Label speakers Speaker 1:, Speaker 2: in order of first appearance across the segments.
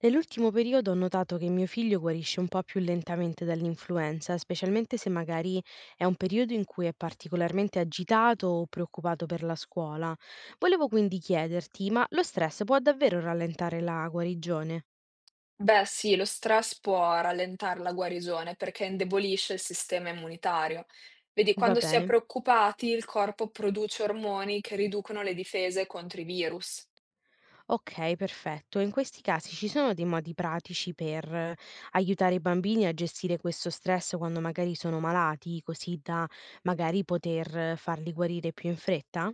Speaker 1: Nell'ultimo periodo ho notato che mio figlio guarisce un po' più lentamente dall'influenza, specialmente se magari è un periodo in cui è particolarmente agitato o preoccupato per la scuola. Volevo quindi chiederti, ma lo stress può davvero rallentare la guarigione?
Speaker 2: Beh sì, lo stress può rallentare la guarigione perché indebolisce il sistema immunitario. Vedi,
Speaker 1: Va
Speaker 2: quando si è
Speaker 1: bene.
Speaker 2: preoccupati, il corpo produce ormoni che riducono le difese contro i virus.
Speaker 1: Ok, perfetto. In questi casi ci sono dei modi pratici per aiutare i bambini a gestire questo stress quando magari sono malati, così da magari poter farli guarire più in fretta?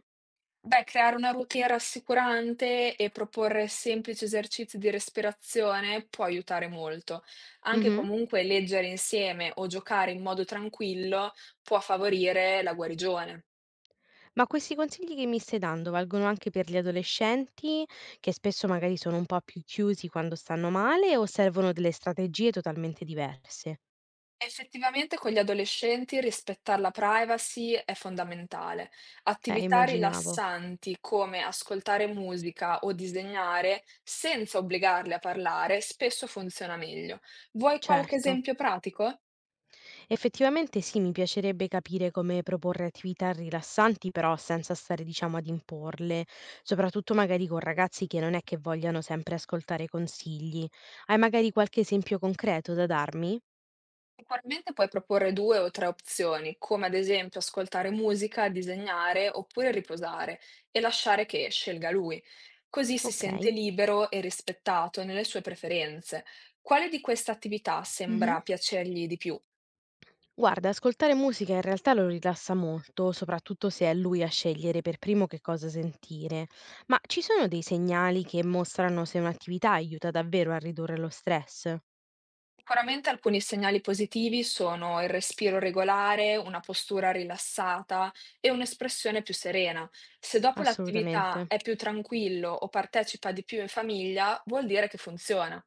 Speaker 2: Beh, creare una routine rassicurante e proporre semplici esercizi di respirazione può aiutare molto. Anche
Speaker 1: Mhm.
Speaker 2: comunque leggere insieme o giocare in modo tranquillo può favorire la guarigione.
Speaker 1: Ma questi consigli che mi stai dando valgono anche per gli adolescenti, che spesso magari sono un po' più chiusi quando stanno male, o servono delle strategie totalmente diverse?
Speaker 2: Effettivamente con gli adolescenti rispettare la privacy è fondamentale. Attività
Speaker 1: Immaginavo.
Speaker 2: rilassanti come ascoltare musica o disegnare senza obbligarli a parlare spesso funziona meglio. Vuoi qualche
Speaker 1: Certo.
Speaker 2: esempio pratico?
Speaker 1: Effettivamente sì, mi piacerebbe capire come proporre attività rilassanti, però senza stare, diciamo, ad imporle, soprattutto magari con ragazzi che non è che vogliano sempre ascoltare consigli. Hai magari qualche esempio concreto da darmi?
Speaker 2: Sicuramente puoi proporre 2 o 3 opzioni, come ad esempio ascoltare musica, disegnare oppure riposare e lasciare che scelga lui. Così si sente
Speaker 1: Ok.
Speaker 2: libero e rispettato nelle sue preferenze. Quale di queste attività
Speaker 1: Mhm.
Speaker 2: sembra piacergli di più?
Speaker 1: Guarda, ascoltare musica in realtà lo rilassa molto, soprattutto se è lui a scegliere per primo che cosa sentire. Ma ci sono dei segnali che mostrano se un'attività aiuta davvero a ridurre lo stress?
Speaker 2: Sicuramente alcuni segnali positivi sono il respiro regolare, una postura rilassata e un'espressione più serena. Se dopo
Speaker 1: Assolutamente.
Speaker 2: l'attività è più tranquillo o partecipa di più in famiglia, vuol dire che funziona.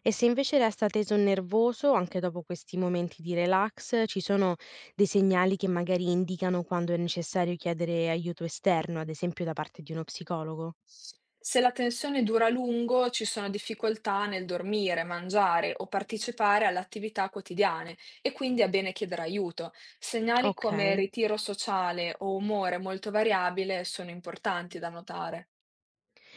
Speaker 1: E se invece resta teso o nervoso, anche dopo questi momenti di relax, ci sono dei segnali che magari indicano quando è necessario chiedere aiuto esterno, ad esempio da parte di uno psicologo?
Speaker 2: Se la tensione dura a lungo, ci sono difficoltà nel dormire, mangiare o partecipare alle attività quotidiane e quindi è bene chiedere aiuto. Segnali
Speaker 1: Ok.
Speaker 2: come ritiro sociale o umore molto variabile sono importanti da notare.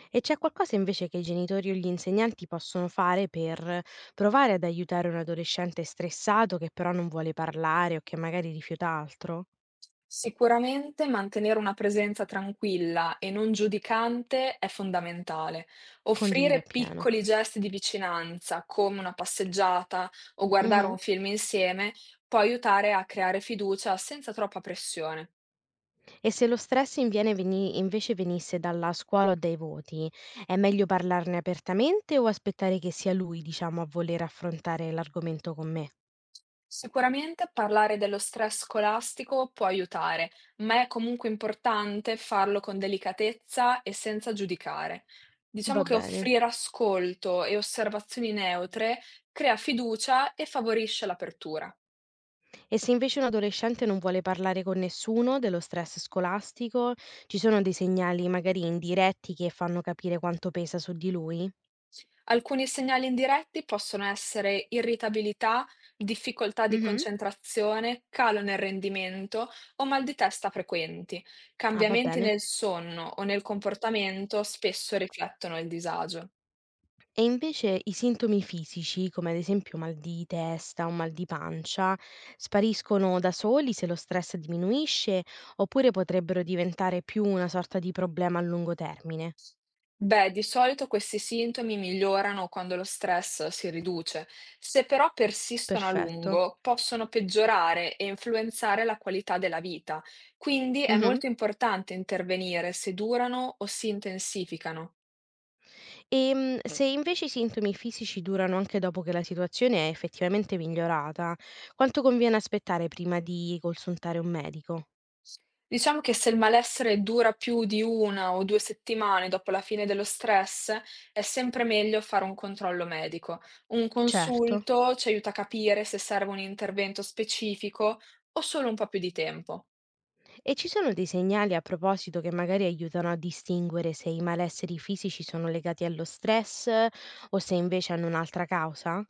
Speaker 1: E c'è qualcosa invece che i genitori o gli insegnanti possono fare per provare ad aiutare un adolescente stressato che però non vuole parlare o che magari rifiuta altro?
Speaker 2: Sicuramente mantenere una presenza tranquilla e non giudicante è fondamentale.
Speaker 1: Condivido
Speaker 2: Offrire
Speaker 1: appieno.
Speaker 2: piccoli gesti di vicinanza, come una passeggiata o guardare
Speaker 1: Mh-mh.
Speaker 2: un film insieme, può aiutare a creare fiducia senza troppa pressione.
Speaker 1: E se lo stress inviene veni invece venisse dalla scuola o dai voti, è meglio parlarne apertamente o aspettare che sia lui, diciamo, a voler affrontare l'argomento con me?
Speaker 2: Sicuramente parlare dello stress scolastico può aiutare, ma è comunque importante farlo con delicatezza e senza giudicare. Diciamo
Speaker 1: Va
Speaker 2: che
Speaker 1: bene.
Speaker 2: offrire ascolto e osservazioni neutre crea fiducia e favorisce l'apertura.
Speaker 1: E se invece un adolescente non vuole parlare con nessuno dello stress scolastico, ci sono dei segnali magari indiretti che fanno capire quanto pesa su di lui?
Speaker 2: Alcuni segnali indiretti possono essere irritabilità, difficoltà di
Speaker 1: Mhm.
Speaker 2: concentrazione, calo nel rendimento o mal di testa frequenti.
Speaker 1: Ah, va
Speaker 2: Cambiamenti
Speaker 1: bene.
Speaker 2: nel sonno o nel comportamento spesso riflettono il disagio.
Speaker 1: E invece i sintomi fisici, come ad esempio mal di testa o mal di pancia, spariscono da soli se lo stress diminuisce oppure potrebbero diventare più una sorta di problema a lungo termine?
Speaker 2: Beh, di solito questi sintomi migliorano quando lo stress si riduce. Se però persistono a
Speaker 1: Perfetto.
Speaker 2: lungo, possono peggiorare e influenzare la qualità della vita. Quindi è
Speaker 1: Mhm.
Speaker 2: molto importante intervenire se durano o si intensificano.
Speaker 1: Se invece i sintomi fisici durano anche dopo che la situazione è effettivamente migliorata, quanto conviene aspettare prima di consultare un medico?
Speaker 2: Diciamo che se il malessere dura più di una o due settimane dopo la fine dello stress, è sempre meglio fare un controllo medico. Un
Speaker 1: Certo.
Speaker 2: consulto ci aiuta a capire se serve un intervento specifico o solo un po' più di tempo.
Speaker 1: E ci sono dei segnali a proposito che magari aiutano a distinguere se i malesseri fisici sono legati allo stress o se invece hanno un'altra causa?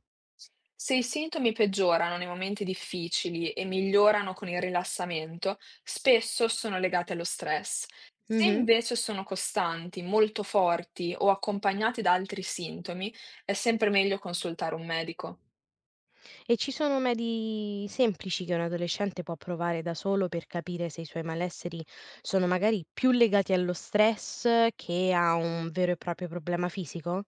Speaker 2: Se i sintomi peggiorano nei momenti difficili e migliorano con il rilassamento, spesso sono legati allo stress. Se
Speaker 1: Mhm.
Speaker 2: invece sono costanti, molto forti o accompagnati da altri sintomi, è sempre meglio consultare un medico.
Speaker 1: E ci sono medi semplici che un adolescente può provare da solo per capire se i suoi malesseri sono magari più legati allo stress che a un vero e proprio problema fisico?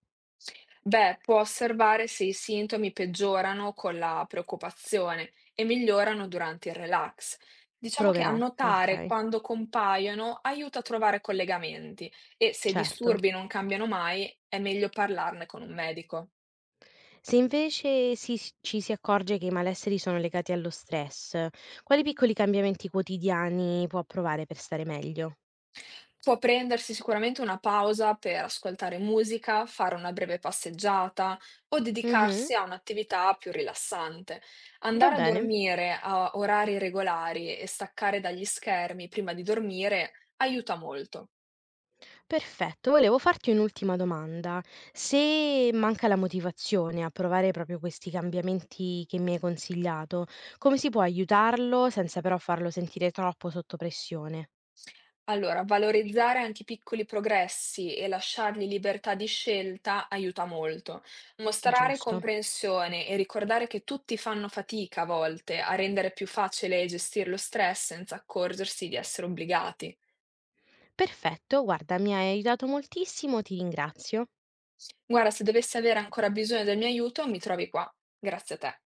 Speaker 2: Beh, può osservare se i sintomi peggiorano con la preoccupazione e migliorano durante il relax. Diciamo che
Speaker 1: Proverò,
Speaker 2: annotare
Speaker 1: okay,
Speaker 2: quando compaiono aiuta a trovare collegamenti e se i
Speaker 1: certo.
Speaker 2: disturbi non cambiano mai è meglio parlarne con un medico.
Speaker 1: Se invece si s ci si accorge che i malesseri sono legati allo stress, quali piccoli cambiamenti quotidiani può provare per stare meglio?
Speaker 2: Può prendersi sicuramente una pausa per ascoltare musica, fare una breve passeggiata o
Speaker 1: Mh-mh,
Speaker 2: dedicarsi a un'attività più rilassante.
Speaker 1: va
Speaker 2: Andare a
Speaker 1: bene.
Speaker 2: dormire a orari regolari e staccare dagli schermi prima di dormire aiuta molto.
Speaker 1: Perfetto, volevo farti un'ultima domanda. Se manca la motivazione a provare proprio questi cambiamenti che mi hai consigliato, come si può aiutarlo senza però farlo sentire troppo sotto pressione?
Speaker 2: Allora, valorizzare anche i piccoli progressi e lasciargli libertà di scelta aiuta molto. Mostrare
Speaker 1: Giusto.
Speaker 2: comprensione e ricordare che tutti fanno fatica a volte a rendere più facile gestire lo stress senza accorgersi di essere obbligati.
Speaker 1: Perfetto, guarda, mi hai aiutato moltissimo, ti ringrazio.
Speaker 2: Guarda, se dovessi avere ancora bisogno del mio aiuto, mi trovi qua. Grazie a te.